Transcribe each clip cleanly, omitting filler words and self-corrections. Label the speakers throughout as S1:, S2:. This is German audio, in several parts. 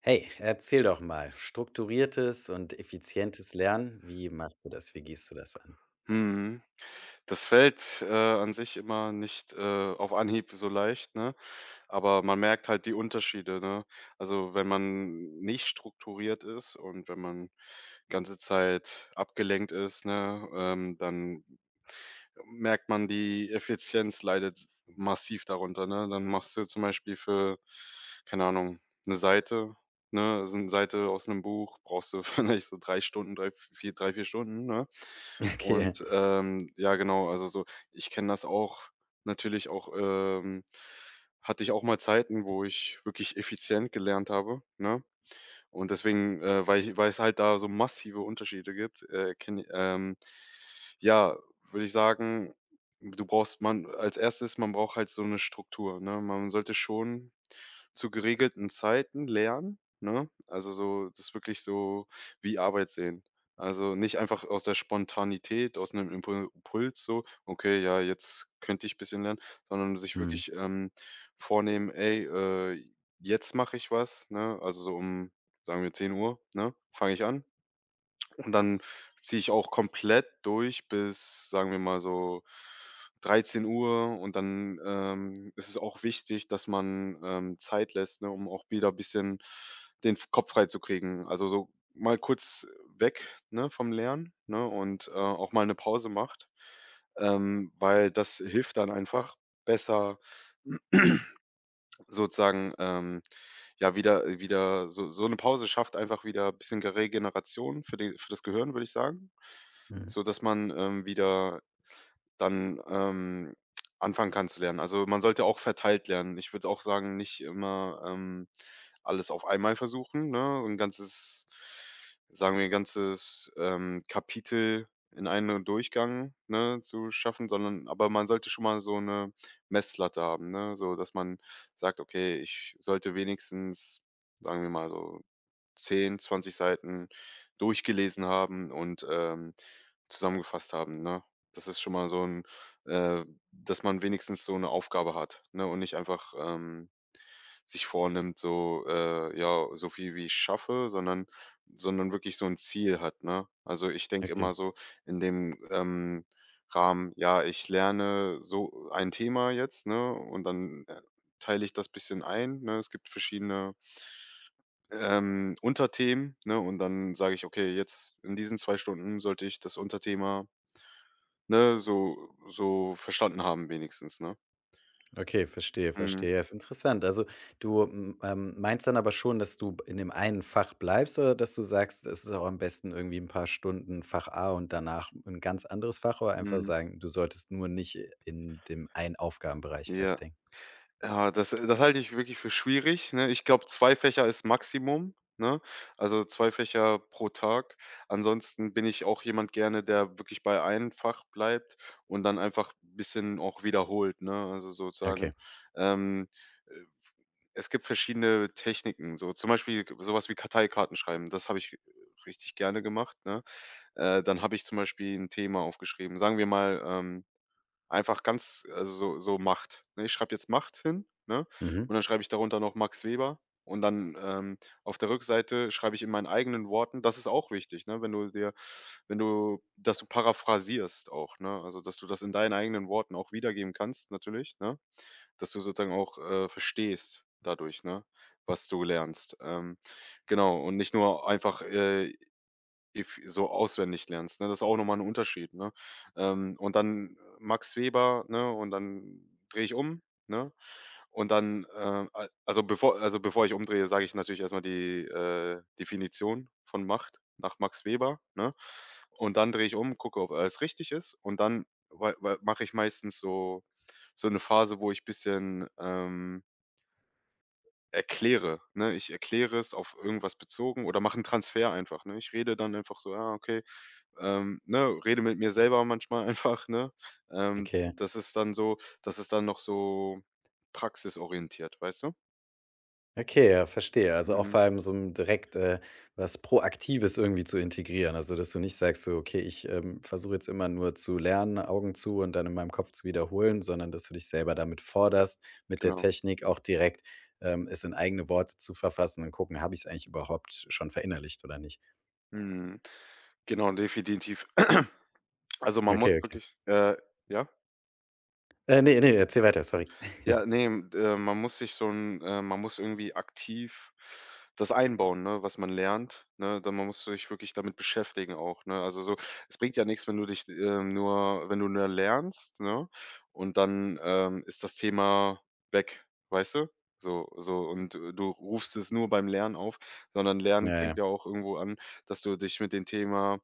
S1: Hey, erzähl doch mal. Strukturiertes und effizientes Lernen, wie machst du das? Wie gehst du das an?
S2: Mhm. Das fällt, an sich immer nicht, auf Anhieb so leicht, ne? Aber man merkt halt die Unterschiede, ne? Also, wenn man nicht strukturiert ist und wenn man ganze Zeit abgelenkt ist, ne, dann merkt man, die Effizienz leidet s massiv darunter, ne? Dann machst du zum Beispiel für, keine Ahnung, eine Seite, ne, also eine Seite aus einem Buch brauchst du vielleicht so 3 Stunden, drei vier Stunden, ne?
S1: Okay.
S2: Und, ja, genau, also so ich kenne das auch natürlich auch, hatte ich auch mal Zeiten, wo ich wirklich effizient gelernt habe, ne? Und deswegen, weil es halt da so massive Unterschiede gibt, ken ja, würde ich sagen, du brauchst man als Erstes, man braucht halt so eine Struktur, ne? Man sollte schon zu geregelten Zeiten lernen, ne? Also, so das wirklich so wie Arbeit sehen. Also, nicht einfach aus der Spontanität, aus einem Impuls, so: „Okay, ja, jetzt könnte ich ein bisschen lernen“, sondern sich
S1: Mhm.
S2: wirklich, vornehmen: „Ey, jetzt mache ich was“, ne? Also, so um, sagen wir, 10 Uhr, ne, fange ich an und dann ziehe ich auch komplett durch bis, sagen wir mal, so 13 Uhr, und dann, ist es auch wichtig, dass man, Zeit lässt, ne, um auch wieder ein bisschen den F Kopf freizukriegen. Also, so mal kurz weg, ne, vom Lernen, ne, und, auch mal eine Pause macht, weil das hilft dann einfach besser, sozusagen, ja, wieder, so so eine Pause schafft einfach wieder ein bisschen Regeneration für das Gehirn, würde ich sagen,
S1: Mhm.
S2: so dass man, wieder dann, anfangen kann zu lernen. Also, man sollte auch verteilt lernen. Ich würde auch sagen, nicht immer, alles auf einmal versuchen, ne? Ein ganzes Sagen wir, 'n ganzes, Kapitel in einem Durchgang, ne, zu schaffen, sondern, aber man sollte schon mal so eine Messlatte haben, ne, so dass man sagt: „Okay, ich sollte wenigstens“, sagen wir mal, so 10, 20 Seiten durchgelesen haben und, zusammengefasst haben, ne? Das ist schon mal so 'n äh, dass man wenigstens so eine Aufgabe hat, ne, und nicht einfach, sich vornimmt, so, ja, so viel wie ich schaffe, sondern wirklich so ein Ziel hat, ne? Also, ich denke
S1: Okay.
S2: immer so in dem, Rahmen, ja, ich lerne so ein Thema jetzt, ne, und dann, teile ich das bisschen ein, ne? Es gibt verschiedene Unterthemen, ne? Und dann sage ich: „Okay, jetzt in diesen 2 Stunden sollte ich das Unterthema“, ne, so verstanden haben wenigstens, ne?
S1: Okay, verstehe,
S2: Mhm,
S1: verstehe. Ja, ist interessant. Also, du, m meinst dann aber schon, dass du in dem einen Fach bleibst oder dass du sagst, es ist auch am besten irgendwie ein paar Stunden Fach A und danach ein ganz anderes Fach oder einfach
S2: mhm,
S1: sagen, du solltest nur nicht in dem einen Aufgabenbereich
S2: ja.
S1: festhängen?
S2: Ja, das halte ich wirklich für schwierig, ne? Ich glaube, 2 Fächer ist Maximum, ne? Also, 2 Fächer pro Tag. Ansonsten bin ich auch jemand gerne, der wirklich bei einem Fach bleibt und dann einfach ein bisschen auch wiederholt, ne? Also,
S1: Okay.
S2: sozusagen, ähm, äh, es gibt verschiedene Techniken, so zum Beispiel sowas wie Karteikarten schreiben. Das habe ich, richtig gerne gemacht, ne? Dann habe ich zum Beispiel ein Thema aufgeschrieben. Sagen wir mal, einfach ganz, also, so Macht, ne? Ich schreibe jetzt Macht hin, ne? Und
S1: Mhm.
S2: dann schreibe ich darunter noch Max Weber und dann, auf der Rückseite schreibe ich in meinen eigenen Worten, das ist auch wichtig, ne, wenn du, dass du paraphrasierst auch, ne? Also, dass du das in deinen eigenen Worten auch wiedergeben kannst, natürlich, ne? Dass du sozusagen auch, verstehst dadurch, ne, was du lernst. Genau, und nicht nur einfach, If so auswendig lernst, ne? Das ist auch nochmal ein Unterschied, ne? Und dann, Max Weber, ne, und dann drehe ich um, ne? Und dann, a also, bevor ich umdrehe, sage ich natürlich erstmal die, Definition von Macht nach Max Weber, ne? Und dann drehe ich um, gucke, ob alles richtig ist, und dann mache ich meistens so eine Phase, wo ich ein bisschen, erkläre, ne? Ich erkläre es auf irgendwas bezogen oder mache einen Transfer einfach, ne? Ich rede dann einfach so: „Ja, okay“, ne, rede mit mir selber manchmal einfach, ne? Ähm,
S1: Okay.
S2: das ist dann noch so praxisorientiert, weißt du?
S1: Okay, ja, verstehe. Also, auch
S2: Mhm,
S1: vor allem so ein direkt, was Proaktives irgendwie zu integrieren. Also, dass du nicht sagst so: „Okay, ich, versuche jetzt immer nur zu lernen, Augen zu und dann in meinem Kopf zu wiederholen“, sondern dass du dich selber damit forderst, mit der
S2: genau.
S1: Technik auch direkt, es in eigene Worte zu verfassen und gucken: „Habe ich es eigentlich überhaupt schon verinnerlicht oder nicht?“
S2: Mhm. Genau, definitiv. Also, man muss
S1: Okay, okay.
S2: wirklich, ja?
S1: Ne, ne, erzähl weiter, sorry.
S2: Ja, ne, m man muss sich so ein, man muss irgendwie aktiv das einbauen, ne, was man lernt, ne? Dann Man muss sich wirklich damit beschäftigen auch, ne? Also, so, es bringt ja nichts, wenn du dich, nur wenn du nur lernst, ne, und dann, ist das Thema weg, weißt du? So und, du rufst es nur beim Lernen auf, sondern
S1: Ja,
S2: Lernen fängt
S1: ja.
S2: ja auch irgendwo an, dass du dich mit dem Thema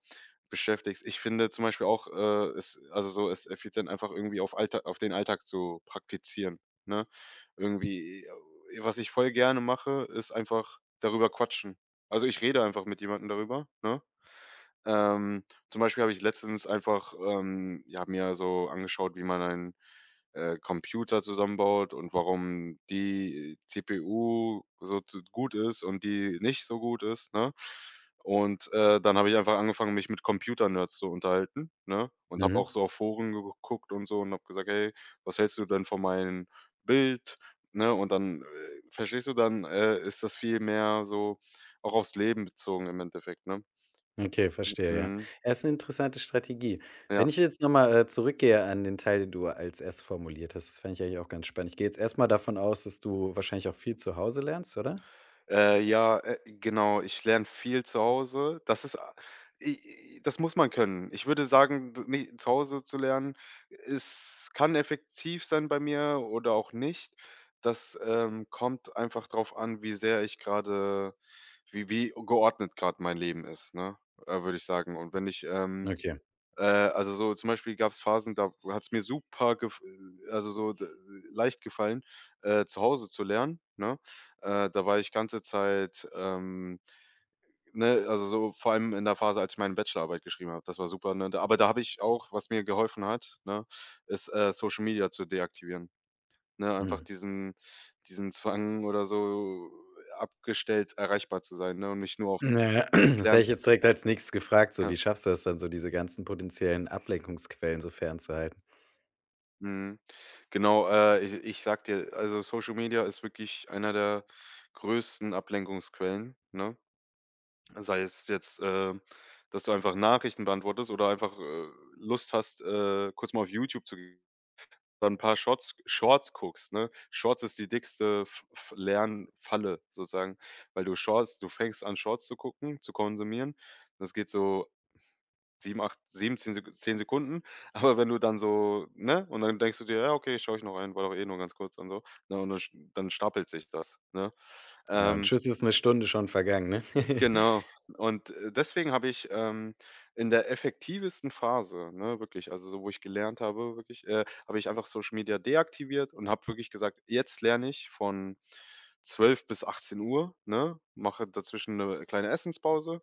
S2: beschäftigst. Ich finde zum Beispiel auch, es also, so es effizient einfach irgendwie auf den Alltag zu praktizieren, ne? Irgendwie, was ich voll gerne mache, ist einfach darüber quatschen. Also, ich rede einfach mit jemandem darüber, ne? Ähm, Zum Beispiel habe ich letztens einfach, ja, mir so angeschaut, wie man einen, Computer zusammenbaut, und warum die CPU so zu gut ist und die nicht so gut ist, ne? Und, dann habe ich einfach angefangen, mich mit Computernerds zu unterhalten, ne? Und habe auch
S1: Mhm.
S2: so auf Foren geguckt und so und habe gesagt: „Hey, was hältst du denn von meinem Bild?“, ne? Und dann, verstehst du, dann, ist das viel mehr so auch aufs Leben bezogen im Endeffekt, ne?
S1: Okay, verstehe, ja.
S2: Mhm,
S1: Ja, ist 'ne interessante Strategie.
S2: ja.
S1: Wenn ich jetzt noch mal, zurückgehe an den Teil, den du als „es“ formuliert hast, das fände ich eigentlich auch ganz spannend. Ich gehe jetzt erst mal davon aus, dass du wahrscheinlich auch viel zu Hause lernst, oder?
S2: Ja, genau, ich lerne viel zu Hause. Das ist a i i das muss man können. Ich würde sagen, d ne, zu Hause zu lernen, es kann effektiv sein bei mir oder auch nicht. Das, kommt einfach drauf an, wie sehr ich gerade, wie geordnet gerade mein Leben ist, ne, würde ich sagen. Und wenn ich,
S1: Okay,
S2: also, so zum Beispiel gab es Phasen, da hat es mir super gef also, so d leicht gefallen, zu Hause zu lernen, ne? Da war ich ganze Zeit, ne, also, so vor allem in der Phase, als ich meine Bachelorarbeit geschrieben habe. Das war super, ne? Da habe ich auch, was mir geholfen hat, ne, ist, Social Media zu deaktivieren, ne? Einfach
S1: mhm.
S2: diesen Zwang oder so abgestellt, erreichbar zu sein, ne, und mich nur auf
S1: Na ja,
S2: das
S1: das hätte
S2: Lernen
S1: ich
S2: zu,
S1: jetzt direkt als Nächstes gefragt, so:
S2: ja.
S1: Wie schaffst du das dann so, diese ganzen potenziellen Ablenkungsquellen so fernzuhalten?
S2: Mhm. Genau, ich sage dir, also Social Media ist wirklich einer der größten Ablenkungsquellen, ne? Sei es jetzt, dass du einfach Nachrichten beantwortest oder einfach, Lust hast, kurz mal auf YouTube zu gehen, dann 'n paar Shorts guckst, ne? Shorts ist die dickste F F Lernfalle sozusagen, weil du Shorts du fängst an, Shorts zu gucken, zu konsumieren. Das geht so 7, 8, 7, 10 Sek 10 Sekunden. Aber wenn du dann so, ne, und dann denkst du dir: „Ja, okay, schaue ich noch ein, war doch eh nur ganz kurz und so.“ Ne, und dann sch dann stapelt sich das, ne?
S1: Ja, und
S2: Ähm,
S1: tschüss ist 'ne Stunde schon vergangen, ne?
S2: genau. Und, deswegen habe ich, in der effektivsten Phase, ne, wirklich, also so, wo ich gelernt habe, wirklich, habe ich einfach Social Media deaktiviert und habe wirklich gesagt: „Jetzt lerne ich von 12 bis 18 Uhr, ne, mache dazwischen eine kleine Essenspause“,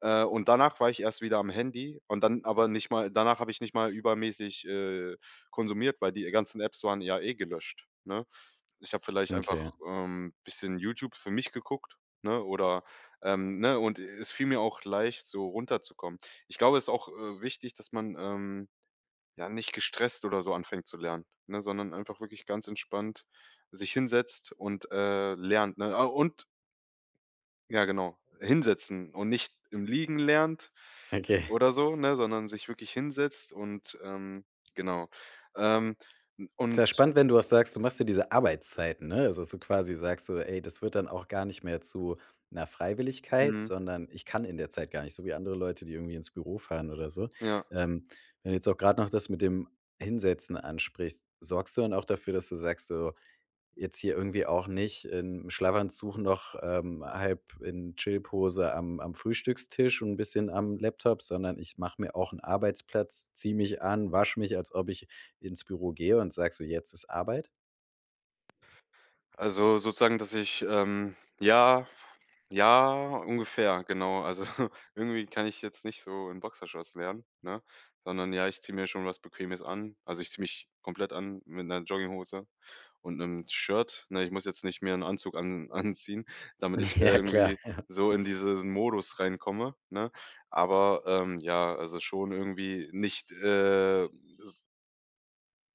S2: und danach war ich erst wieder am Handy, und dann aber nicht mal, danach habe ich nicht mal übermäßig, konsumiert, weil die ganzen Apps waren ja eh gelöscht, ne? Ich habe vielleicht
S1: Okay,
S2: einfach, bisschen YouTube für mich geguckt, ne, oder, ne, und es fiel mir auch leicht, so runterzukommen. Ich glaube, es ist auch, wichtig, dass man, ja, nicht gestresst oder so anfängt zu lernen, ne, sondern einfach wirklich ganz entspannt sich hinsetzt und, lernt, ne? Ah, und ja, genau, hinsetzen und nicht im Liegen lernt,
S1: okay.
S2: oder so, ne, sondern sich wirklich hinsetzt und, genau. Ähm, n
S1: Ist
S2: und
S1: ja spannend, wenn du auch sagst, du machst dir diese Arbeitszeiten, ne? Also, dass du quasi sagst so: „Ey, das wird dann auch gar nicht mehr zu 'ner Freiwilligkeit,
S2: mhm,
S1: sondern ich kann in der Zeit gar nicht“, so wie andere Leute, die irgendwie ins Büro fahren oder so.
S2: ja,
S1: Ähm, wenn du jetzt auch grad noch das mit dem Hinsetzen ansprichst, sorgst du dann auch dafür, dass du sagst so: jetzt hier irgendwie auch nicht im Schlafanzug noch, halb in Chillpose am Frühstückstisch und 'n bisschen am Laptop, sondern ich mache mir auch einen Arbeitsplatz, ziehe mich an, wasche mich, als ob ich ins Büro gehe und sage so: „Jetzt ist Arbeit.“
S2: also sozusagen, dass ich, ja, ja, ungefähr, genau. Also, irgendwie kann ich jetzt nicht so in Boxershorts lernen, ne, sondern ja, ich ziehe mir schon was Bequemes an. Also, ich ziehe mich komplett an mit einer Jogginghose und 'nem Shirt, ne? Ich muss jetzt nicht mir 'n Anzug an anziehen, damit ich
S1: Ja, klar,
S2: irgendwie
S1: ja.
S2: so in diesen Modus reinkomme, ne? Aber, ja, also schon irgendwie nicht, s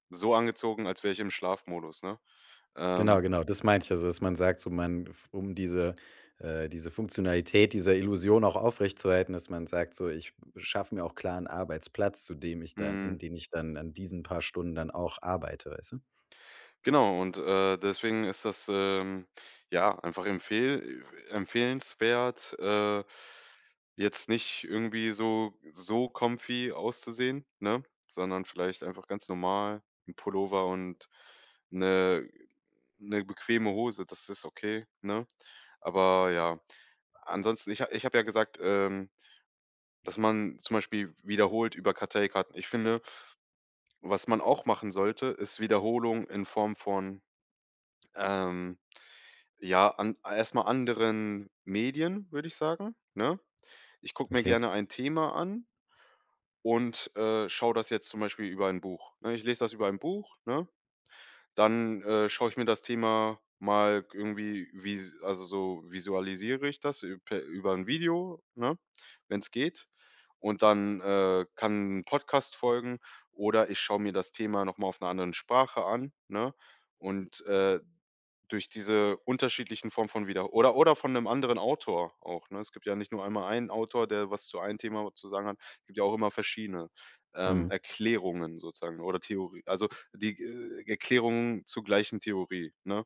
S2: so angezogen, als wäre ich im Schlafmodus, ne? Ähm,
S1: Genau, genau, das meinte ich. Also, dass man sagt, so man f um diese diese Funktionalität dieser Illusion auch aufrechtzuerhalten, dass man sagt so: „Ich schaffe mir auch klar einen Arbeitsplatz, zu dem ich dann in
S2: mhm.
S1: den ich dann an diesen paar Stunden dann auch arbeite“, weißt du?
S2: Genau, und, deswegen ist das, ja, einfach empfehlenswert, jetzt nicht irgendwie so so comfy auszusehen, ne, sondern vielleicht einfach ganz normal ein Pullover und eine 'ne bequeme Hose, das ist okay, ne? Aber ja, ansonsten ich habe ja gesagt, dass man zum Beispiel wiederholt über Karteikarten. Ich finde, was man auch machen sollte, ist Wiederholung in Form von ähm, ja, an erst anderen Medien, würde ich sagen, ne? Ich gucke mir
S1: Okay.
S2: gerne ein Thema an und, schaue das jetzt zum Beispiel über ein Buch, ne? Ich lese das über ein Buch, ne? Dann, schaue ich mir das Thema mal irgendwie so visualisiere ich das üb per über ein Video, ne, wenn es geht. Und dann, kann 'n Podcast folgen oder ich schaue mir das Thema noch mal auf einer anderen Sprache an, ne? Und, durch diese unterschiedlichen Formen von wieder oder von 'nem anderen Autor auch, ne? Es gibt ja nicht nur einmal einen Autor, der was zu einem Thema zu sagen hat. Es gibt ja auch immer verschiedene,
S1: Mhm.
S2: Erklärungen sozusagen oder die, Erklärungen zur gleichen Theorie, ne?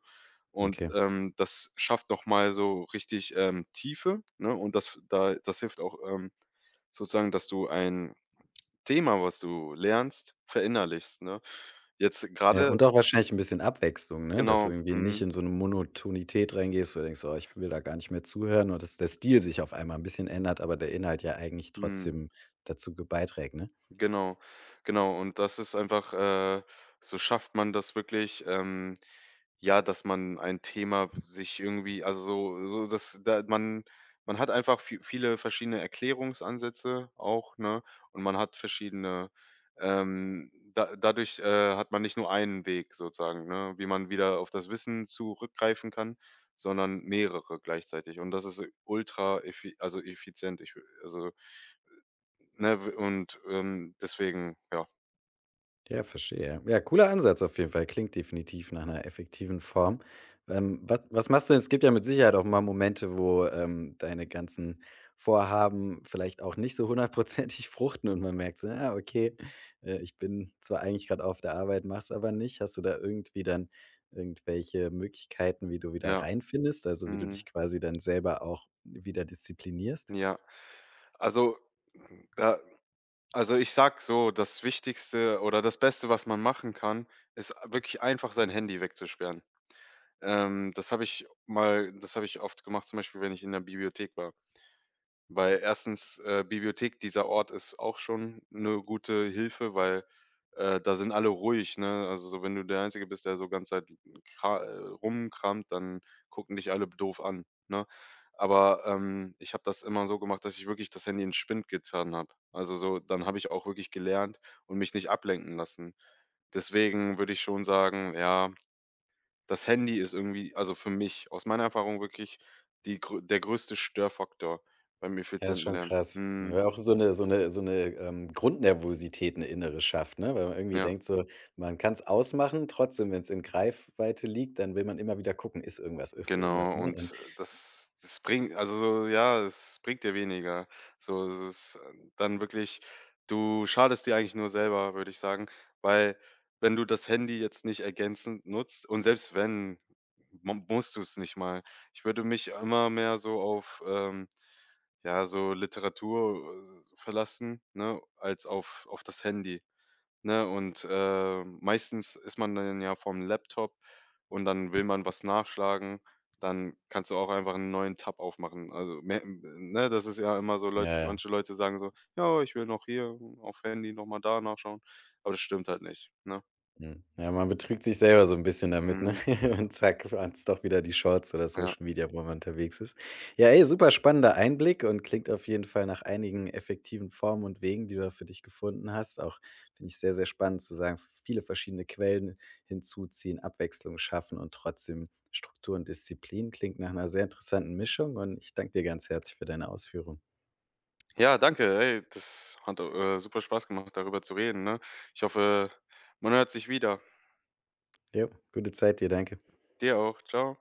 S2: Und,
S1: Okay.
S2: das schafft noch mal so richtig, Tiefe, ne? Und das f da das hilft auch, sozusagen, dass du ein Thema, was du lernst, verinnerlichst, ne? Jetzt
S1: Ja,
S2: grade
S1: und auch wahrscheinlich ein bisschen Abwechslung, ne? Dass du
S2: genau,
S1: irgendwie nicht
S2: mhm,
S1: in so 'ne Monotonität reingehst, wo du denkst: „Oh, ich will da gar nicht mehr zuhören“, oder dass der Stil sich auf einmal ein bisschen ändert, aber der Inhalt ja eigentlich
S2: mhm.
S1: trotzdem dazu ge beiträgt, ne?
S2: Genau, genau. Und das ist einfach, so schafft man das wirklich, ja, dass man ein Thema sich irgendwie dass da man hat einfach viele verschiedene Erklärungsansätze auch, ne? Und man hat verschiedene, da dadurch, hat man nicht nur einen Weg sozusagen, ne, wie man wieder auf das Wissen zurückgreifen kann, sondern mehrere gleichzeitig. Und das ist ultra effizient. Ich wü also Ne, w und, deswegen, ja.
S1: Ja, verstehe. Ja, cooler Ansatz auf jeden Fall. Klingt definitiv nach einer effektiven Form. Was was machst du denn? Es gibt ja mit Sicherheit auch mal Momente, wo, deine ganzen Vorhaben vielleicht auch nicht so hundertprozentig fruchten und man merkt so: ja okay, ich bin zwar eigentlich gerade auf der Arbeit, mach's aber nicht.“ Hast du da irgendwie dann irgendwelche Möglichkeiten, wie du wieder
S2: Ja,
S1: reinfindest, also, wie du
S2: mhm,
S1: dich quasi dann selber auch wieder disziplinierst?
S2: ja. Also, hm, da also, ich sag so, das Wichtigste oder das Beste, was man machen kann, ist wirklich einfach sein Handy wegzusperren. Das habe ich oft gemacht, zum Beispiel, wenn ich in der Bibliothek war. Weil erstens, Bibliothek, dieser Ort ist auch schon 'ne gute Hilfe, weil, da sind alle ruhig, ne? Also, so wenn du der Einzige bist, der so ganze Zeit kra rumkramt, dann gucken dich alle doof an, ne? Aber, ich habe das immer so gemacht, dass ich wirklich das Handy in Spind getan habe. Also, so dann habe ich auch wirklich gelernt und mich nicht ablenken lassen. Deswegen würde ich schon sagen, ja, das Handy ist irgendwie also für mich, aus meiner Erfahrung wirklich die grö der größte Störfaktor beim
S1: Ja, ist
S2: effizienten
S1: schon
S2: Lernen.
S1: krass.
S2: Mhm,
S1: Weil auch so eine Grundnervosität 'ne innere schafft, ne? Weil man irgendwie
S2: ja.
S1: denkt so, man kann es ausmachen, trotzdem, wenn es in Greifweite liegt, dann will man immer wieder gucken: „Ist irgendwas? Ist
S2: Genau,
S1: irgendwas?“, ne? Und
S2: und das bringt also so ja, es bringt dir weniger. So, es ist dann wirklich du schadest dir eigentlich nur selber, würde ich sagen, weil wenn du das Handy jetzt nicht ergänzend nutzt und selbst wenn, mu musst du es nicht mal. Ich würde mich immer mehr so auf, ja, so Literatur, verlassen, ne, als auf das Handy. Ne, und, meistens ist man dann ja vorm Laptop und dann will man was nachschlagen, dann kannst du auch einfach einen neuen Tab aufmachen. Also, mehr ne, das ist ja immer so Leute
S1: ja, ja.
S2: manche Leute sagen so: „Ja, ich will noch hier auf Handy noch mal da nachschauen.“ Aber das stimmt halt nicht, ne?
S1: Mhm. Ja, man betrügt sich selber so ein bisschen damit, ne?
S2: Mhm,
S1: Und zack, hat's doch wieder die Shorts oder
S2: ja.
S1: Social Media, wo man unterwegs ist. Ja, ey, super spannender Einblick und klingt auf jeden Fall nach einigen effektiven Formen und Wegen, die du da für dich gefunden hast. Auch finde ich sehr, sehr spannend zu sagen, viele verschiedene Quellen hinzuziehen, Abwechslung schaffen und trotzdem Struktur und Disziplin. Klingt nach einer sehr interessanten Mischung und ich danke dir ganz herzlich für deine Ausführung.
S2: Ja, danke, ey, das hat, super Spaß gemacht, darüber zu reden, ne? Ich hoffe, man hört sich wieder.
S1: Ja, gute Zeit dir, danke.
S2: Dir auch. Ciao.